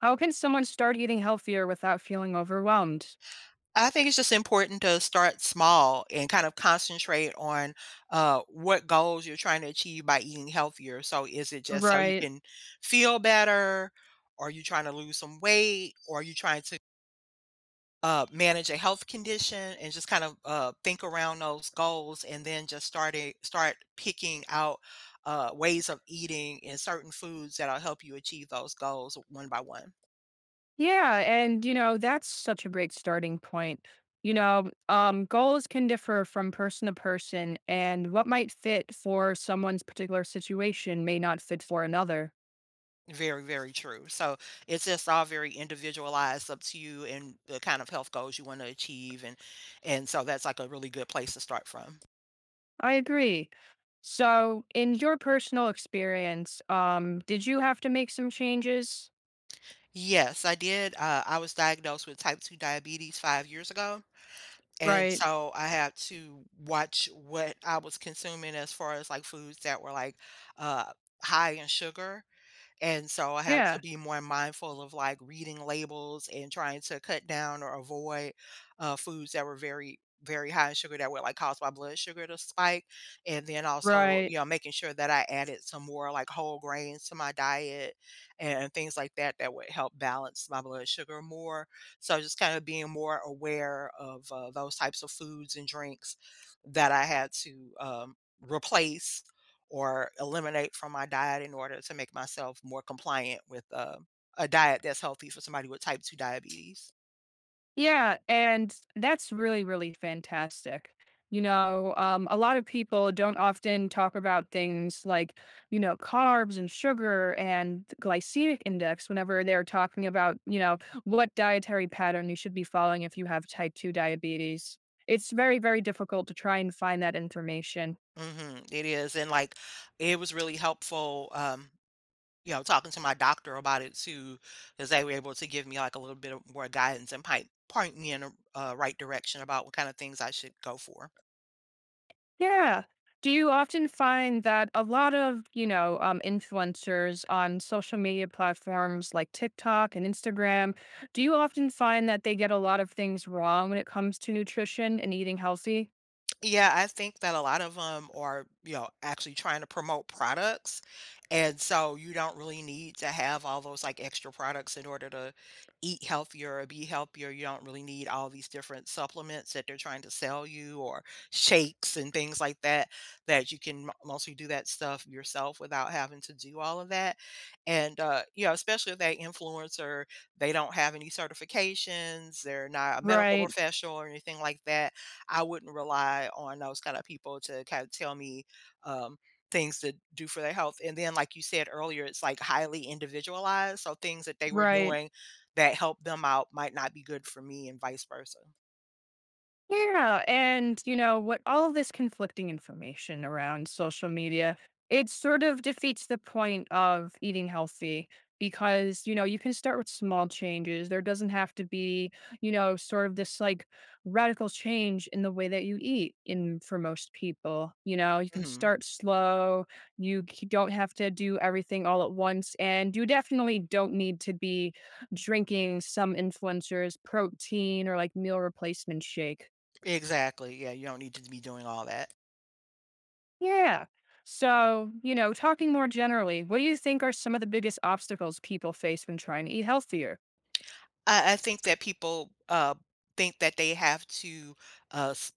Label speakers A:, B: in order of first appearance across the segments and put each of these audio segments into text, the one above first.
A: How can someone start eating healthier without feeling overwhelmed?
B: I think it's just important to start small and kind of concentrate on what goals you're trying to achieve by eating healthier. So, is it just so you
A: Right.
B: can feel better? Are you trying to lose some weight? Or are you trying to manage a health condition and just kind of think around those goals and then just start picking out ways of eating and certain foods that'll help you achieve those goals one by one.
A: Yeah, and you know, that's such a great starting point. You know, goals can differ from person to person, and what might fit for someone's particular situation may not fit for another.
B: Very, very true. So it's just all very individualized up to you and the kind of health goals you want to achieve, and so that's like a really good place to start from.
A: I agree. So, in your personal experience, did you have to make some changes?
B: Yes, I did. I was diagnosed with type 2 diabetes 5 years ago. And
A: Right.
B: so I had to watch what I was consuming as far as like foods that were like uh, high in sugar. And so I had to
A: Yeah.
B: be more mindful of like reading labels and trying to cut down or avoid foods that were very, very high in sugar that would like cause my blood sugar to spike. And then also,
A: Right.
B: you know, making sure that I added some more like whole grains to my diet and things like that that would help balance my blood sugar more. So just kind of being more aware of those types of foods and drinks that I had to replace or eliminate from my diet in order to make myself more compliant with a diet that's healthy for somebody with type 2 diabetes.
A: Yeah, and that's really, really fantastic. You know, a lot of people don't often talk about things like, you know, carbs and sugar and glycemic index whenever they're talking about, you know, what dietary pattern you should be following if you have type 2 diabetes. It's very, very difficult to try and find that information.
B: It is. And like, it was really helpful, you know, talking to my doctor about it too, because they were able to give me like a little bit of more guidance and point me in the right direction about what kind of things I should go for.
A: Yeah. Do you often find that a lot of, you know, influencers on social media platforms like TikTok and Instagram, do you often find that they get a lot of things wrong when it comes to nutrition and eating healthy?
B: Yeah, I think that a lot of them are, you know, actually trying to promote products. And so you don't really need to have all those like extra products in order to eat healthier or be healthier. You don't really need all these different supplements that they're trying to sell you or shakes and things like that, that you can mostly do that stuff yourself without having to do all of that. And, you know, especially if that influencer, they don't have any certifications, they're not a medical
A: Right,
B: professional or anything like that. I wouldn't rely on those kind of people to kind of tell me um, things to do for their health. And then, like you said earlier, it's like highly individualized. So things that they were
A: right.
B: doing that helped them out might not be good for me, and vice versa.
A: Yeah, and you know, what all this conflicting information around social media, it sort of defeats the point of eating healthy because, you know, you can start with small changes. There doesn't have to be, you know, sort of this like radical change in the way that you eat in for most people. You know, you can
B: hmm
A: start slow. Don't have to do everything all at once, and you definitely don't need to be drinking some influencers protein or like meal replacement shake.
B: Exactly. Yeah, you don't need to be doing all that.
A: Yeah. So, you know, talking more generally, what do you think are some of the biggest obstacles people face when trying to eat healthier?
B: I think that people, think that they have to, s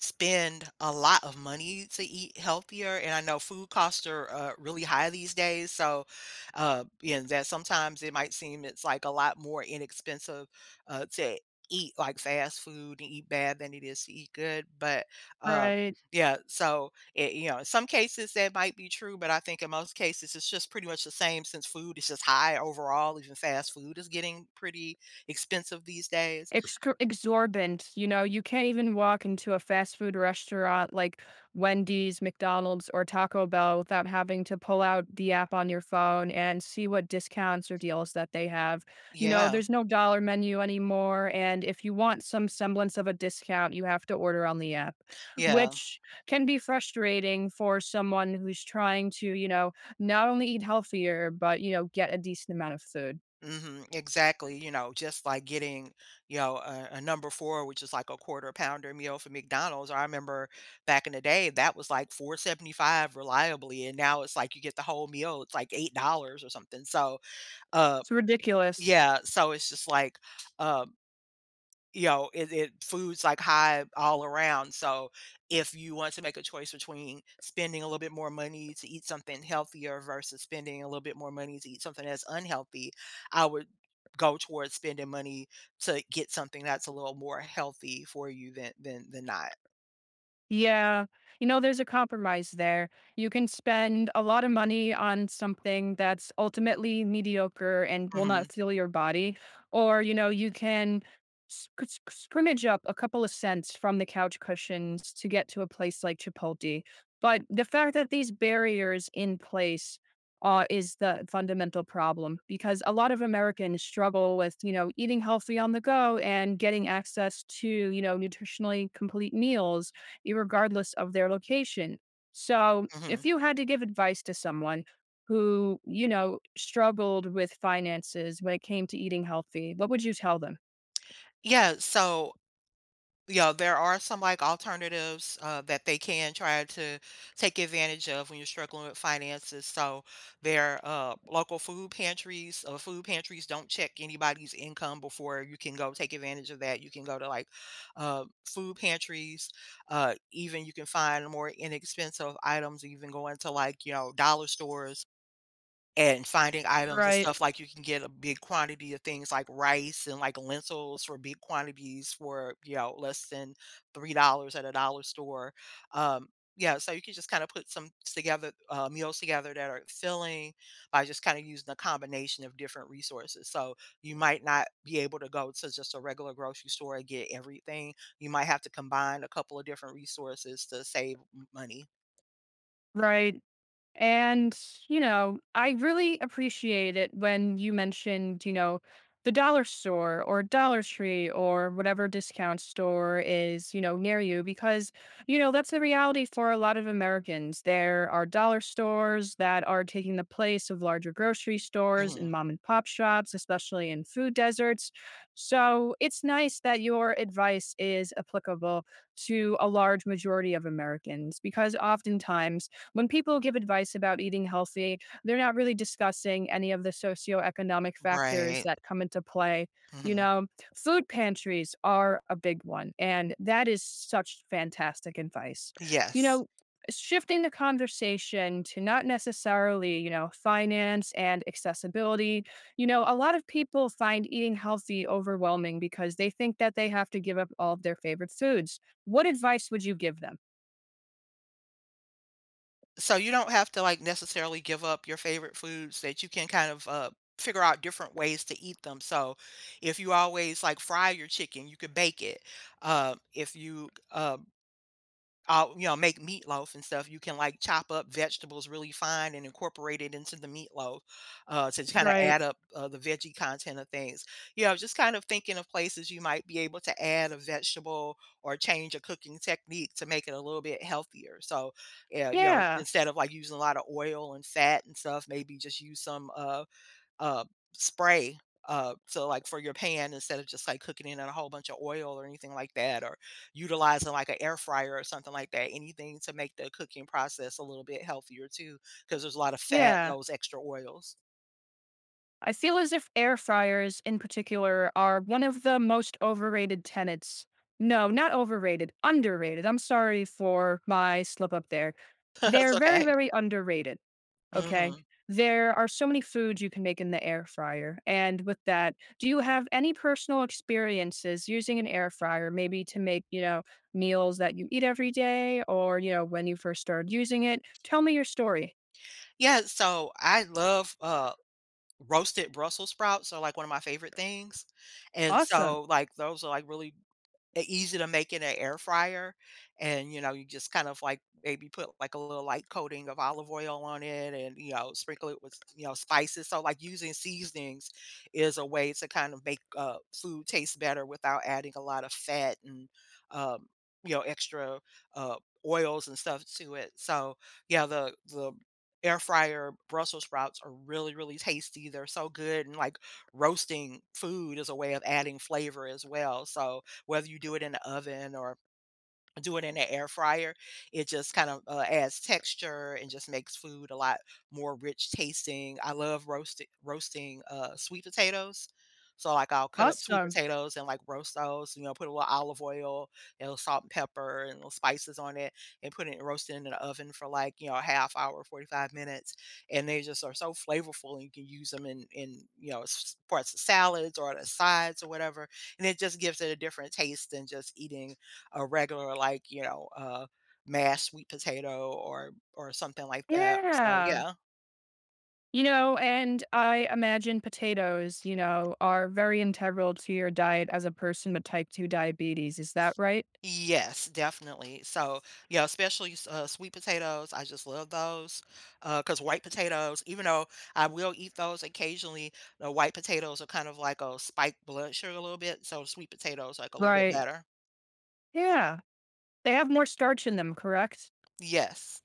B: spend a lot of money to eat healthier, and I know food costs are, really high these days, so, and that sometimes it might seem it's, like, a lot more inexpensive, to eat, like, fast food and eat bad than it is to eat good, but, um
A: Right.
B: yeah, so, it you know, in some cases that might be true, but I think in most cases it's just pretty much the same since food is just high overall, even fast food is getting pretty expensive these days.
A: Excor Exorbitant. You know, you can't even walk into a fast food restaurant like Wendy's, McDonald's, or Taco Bell without having to pull out the app on your phone and see what discounts or deals that they have. You know,
B: Yeah,
A: there's no dollar menu anymore, and if you want some semblance of a discount, you have to order on the app,
B: yeah.
A: which can be frustrating for someone who's trying to, you know, not only eat healthier, but, you know, get a decent amount of food.
B: Mhm, exactly, you know, just like getting, you know, a number 4, which is like a quarter pounder meal for McDonald's. I remember back in the day, that was like 4.75 reliably, and now it's like you get the whole meal, it's like $8 or something. So, uh,
A: It's ridiculous.
B: yeah, so it's just like, um you know, it food's, like, high all around. So if you want to make a choice between spending a little bit more money to eat something healthier versus spending a little bit more money to eat something that's unhealthy, I would go towards spending money to get something that's a little more healthy for you than than not.
A: Yeah. You know, there's a compromise there. You can spend a lot of money on something that's ultimately mediocre and will
B: Mhm,
A: not fill your body. Or, you know, you can scrimmage up a couple of cents from the couch cushions to get to a place like Chipotle. But the fact that these barriers in place is the fundamental problem, because a lot of Americans struggle with, you know, eating healthy on the go and getting access to, you know, nutritionally complete meals irregardless of their location. So, if
B: mhm.
A: you had to give advice to someone who, you know, struggled with finances when it came to eating healthy, what would you tell them?
B: Yeah, so yeah, there are some like alternatives that they can try to take advantage of when you're struggling with finances. So their local food pantries don't check anybody's income before you can go take advantage of that. You can go to like food pantries. Even you can find more inexpensive items. Even going to like, you know, dollar stores and finding items and
A: Right,
B: stuff, like, you can get a big quantity of things like rice and, like, lentils for big quantities for, you know, less than $3 at a dollar store. Um, yeah, so you can just kinda put some together meals together that are filling by just kinda using a combination of different resources. So, you might not be able to go to just a regular grocery store and get everything. You might have to combine a couple of different resources to save money.
A: right. And, you know, I really appreciate it when you mentioned, you know, the dollar store or Dollar Tree or whatever discount store is, you know, near you, because, you know, that's the reality for a lot of Americans. There are dollar stores that are taking the place of larger grocery stores and
B: Mhm.
A: mom and pop shops, especially in food deserts. So it's nice that your advice is applicable to a large majority of Americans, because oftentimes, when people give advice about eating healthy, they're not really discussing any of the socioeconomic factors
B: Right.
A: that come into play. You
B: Mhm.
A: know, food pantries are a big one, and that is such fantastic advice. You
B: Yes.
A: know, shifting the conversation to not necessarily, you know, finance and accessibility. You know, a lot of people find eating healthy overwhelming because they think that they have to give up all of their favorite foods. What advice would you give them?
B: So you don't have to, like, necessarily give up your favorite foods. That you can kind of, figure out different ways to eat them. So if you always, like, fry your chicken, you could bake it. If you, you know, make meatloaf and stuff, you can, like, chop up vegetables really fine and incorporate it into the meatloaf, to kinda
A: Right.
B: add up, the veggie content of things. You know, just kind of thinking of places you might be able to add a vegetable or change a cooking technique to make it a little bit healthier. So, yeah, you know,
A: Yeah.
B: instead of, like, using a lot of oil and fat and stuff, maybe just use some, uh, spray. So like for your pan, instead of just like cooking it in a whole bunch of oil or anything like that, or utilizing like an air fryer or something like that, anything to make the cooking process a little bit healthier too, because there's a lot of fat in
A: Yeah.
B: those extra oils.
A: I feel as if air fryers in particular are one of the most overrated tenets. No, not overrated, underrated. I'm sorry for my slip up there.
B: That's
A: They're very,
B: okay.
A: very underrated. Okay.
B: hmm
A: There are so many foods you can make in the air fryer. And with that, do you have any personal experiences using an air fryer, maybe to make, you know, meals that you eat every day or, you know, when you first started using it? Tell me your story.
B: Yeah, so I love roasted Brussels sprouts are like one of my favorite things. And
A: Awesome.
B: so like those are like really E easy to make in an air fryer, and, you know, you just kind of, like, maybe put, like, a little light coating of olive oil on it and, you know, sprinkle it with, you know, spices. So, like, using seasonings is a way to kind of make, food taste better without adding a lot of fat and, um, you know, extra, uh, oils and stuff to it, so, yeah, the air fryer Brussels sprouts are really, really tasty, they're so good, and, like, roasting food is a way of adding flavor as well, so whether you do it in the oven or do it in the air fryer. It just kind of adds texture and just makes food a lot more rich tasting. I love roasting sweet potatoes. So like I'll cut up sweet
A: Awesome.
B: potatoes and like roast those, you know, put a little olive oil, you know, salt and pepper and little spices on it and put it roast it in the oven for like, you know, a half hour, 45 minutes. And they just are so flavorful and you can use them in, you know, parts of salads or the sides or whatever. And it just gives it a different taste than just eating a regular like, you know, mashed sweet potato or something like that. So,
A: Yeah.
B: yeah.
A: You know, and I imagine potatoes, you know, are very integral to your diet as a person with type 2 diabetes. Is that right?
B: Yes, definitely. So, yeah, especially sweet potatoes. I just love those because white potatoes, even though I will eat those occasionally, the white potatoes are kind of like a spiked blood sugar a little bit. So, sweet potatoes like a little bit
A: Right.
B: better.
A: Yeah. They have more starch in them, correct?
B: Yes.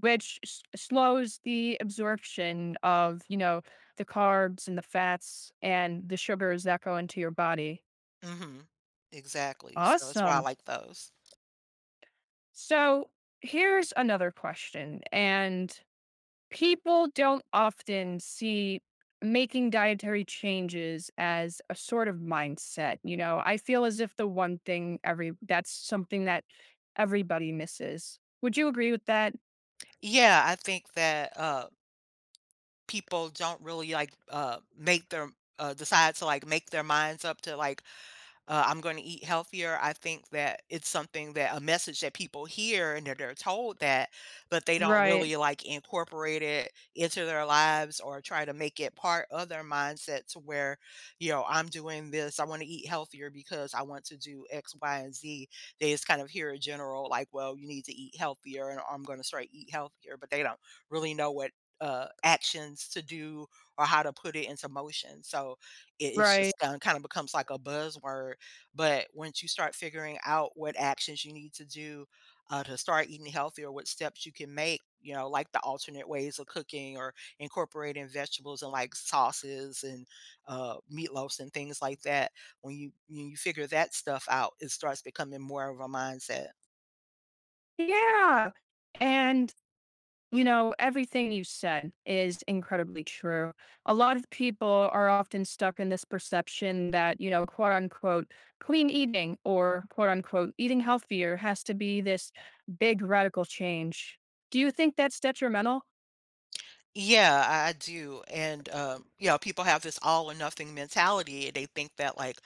A: Which slows the absorption of, you know, the carbs and the fats and the sugars that go into your body.
B: Mm-hmm. Exactly. So that's why I
A: Awesome.
B: like those.
A: So here's another question. And people don't often see making dietary changes as a sort of mindset. You know, I feel as if the one thing every, that's something that everybody misses. Would you agree with that?
B: Yeah, I think that people don't really like make their decide to like make their minds up to like, I'm going to eat healthier. I think that it's something that a message that people hear and that they're told that, but they don't
A: Right.
B: really like incorporate it into their lives or try to make it part of their mindset to where, you know, I'm doing this. I want to eat healthier because I want to do X, Y, and Z. They just kind of hear a general, like, well, you need to eat healthier and I'm going to start eat healthier, but they don't really know what actions to do or how to put it into motion. So it's
A: Right.
B: just kind of becomes like a buzzword. But once you start figuring out what actions you need to do to start eating healthier, what steps you can make, you know, like the alternate ways of cooking or incorporating vegetables and like sauces and meatloafs and things like that. When you figure that stuff out, it starts becoming more of a mindset.
A: Yeah. And you know, everything you said is incredibly true. A lot of people are often stuck in this perception that, you know, quote unquote, clean eating, or quote unquote, eating healthier has to be this big radical change. Do you think that's detrimental?
B: Yeah, I do. And you know, people have this all or nothing mentality. They think that like,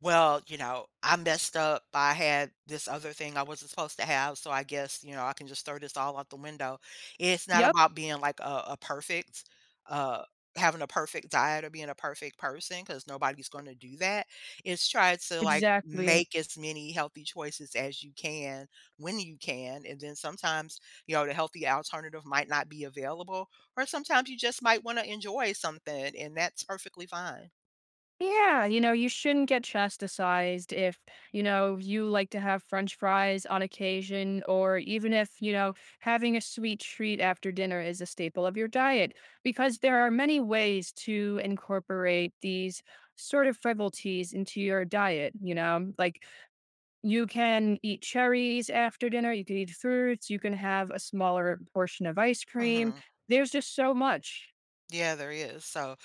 B: well, you know, I messed up. I had this other thing I wasn't supposed to have, so I guess, you know, I can just throw this all out the window. It's not
A: Yep,
B: about being like a perfect, uh, having a perfect diet or being a perfect person because nobody's going to do that. It's try to like
A: exactly.
B: make as many healthy choices as you can when you can. And then sometimes, you know, the healthy alternative might not be available, or sometimes you just might want to enjoy something, and that's perfectly fine.
A: Yeah, you know, you shouldn't get chastised if, you know, you like to have french fries on occasion, or even if, you know, having a sweet treat after dinner is a staple of your diet, because there are many ways to incorporate these sort of frivolities into your diet. You know, like you can eat cherries after dinner, you can eat fruits, you can have a smaller portion of ice cream.
B: hmm
A: There's just so much,
B: Yeah, there is. So,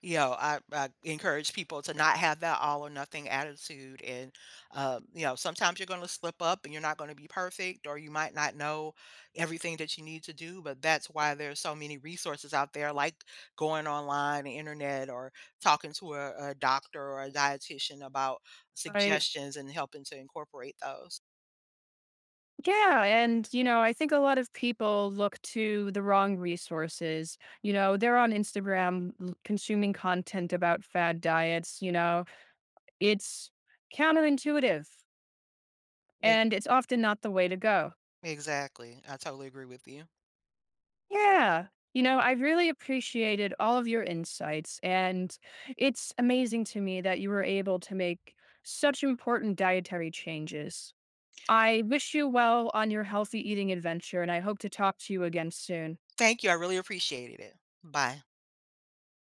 B: you know, I encourage people to not have that all or nothing attitude. And, you know, sometimes you're going to slip up and you're not going to be perfect, or you might not know everything that you need to do. But that's why there's so many resources out there, like going online, the internet, or talking to a doctor or a dietitian about
A: right?
B: suggestions and helping to incorporate those.
A: Yeah, and you know, I think a lot of people look to the wrong resources. You know, they're on Instagram consuming content about fad diets, you know. It's counterintuitive,
B: E-
A: and it's often not the way to go.
B: Exactly. I totally agree with you.
A: Yeah. You know, I really appreciated all of your insights, and it's amazing to me that you were able to make such important dietary changes. I wish you well on your healthy eating adventure, and I hope to talk to you again soon.
B: Thank you. I really appreciated it. Bye.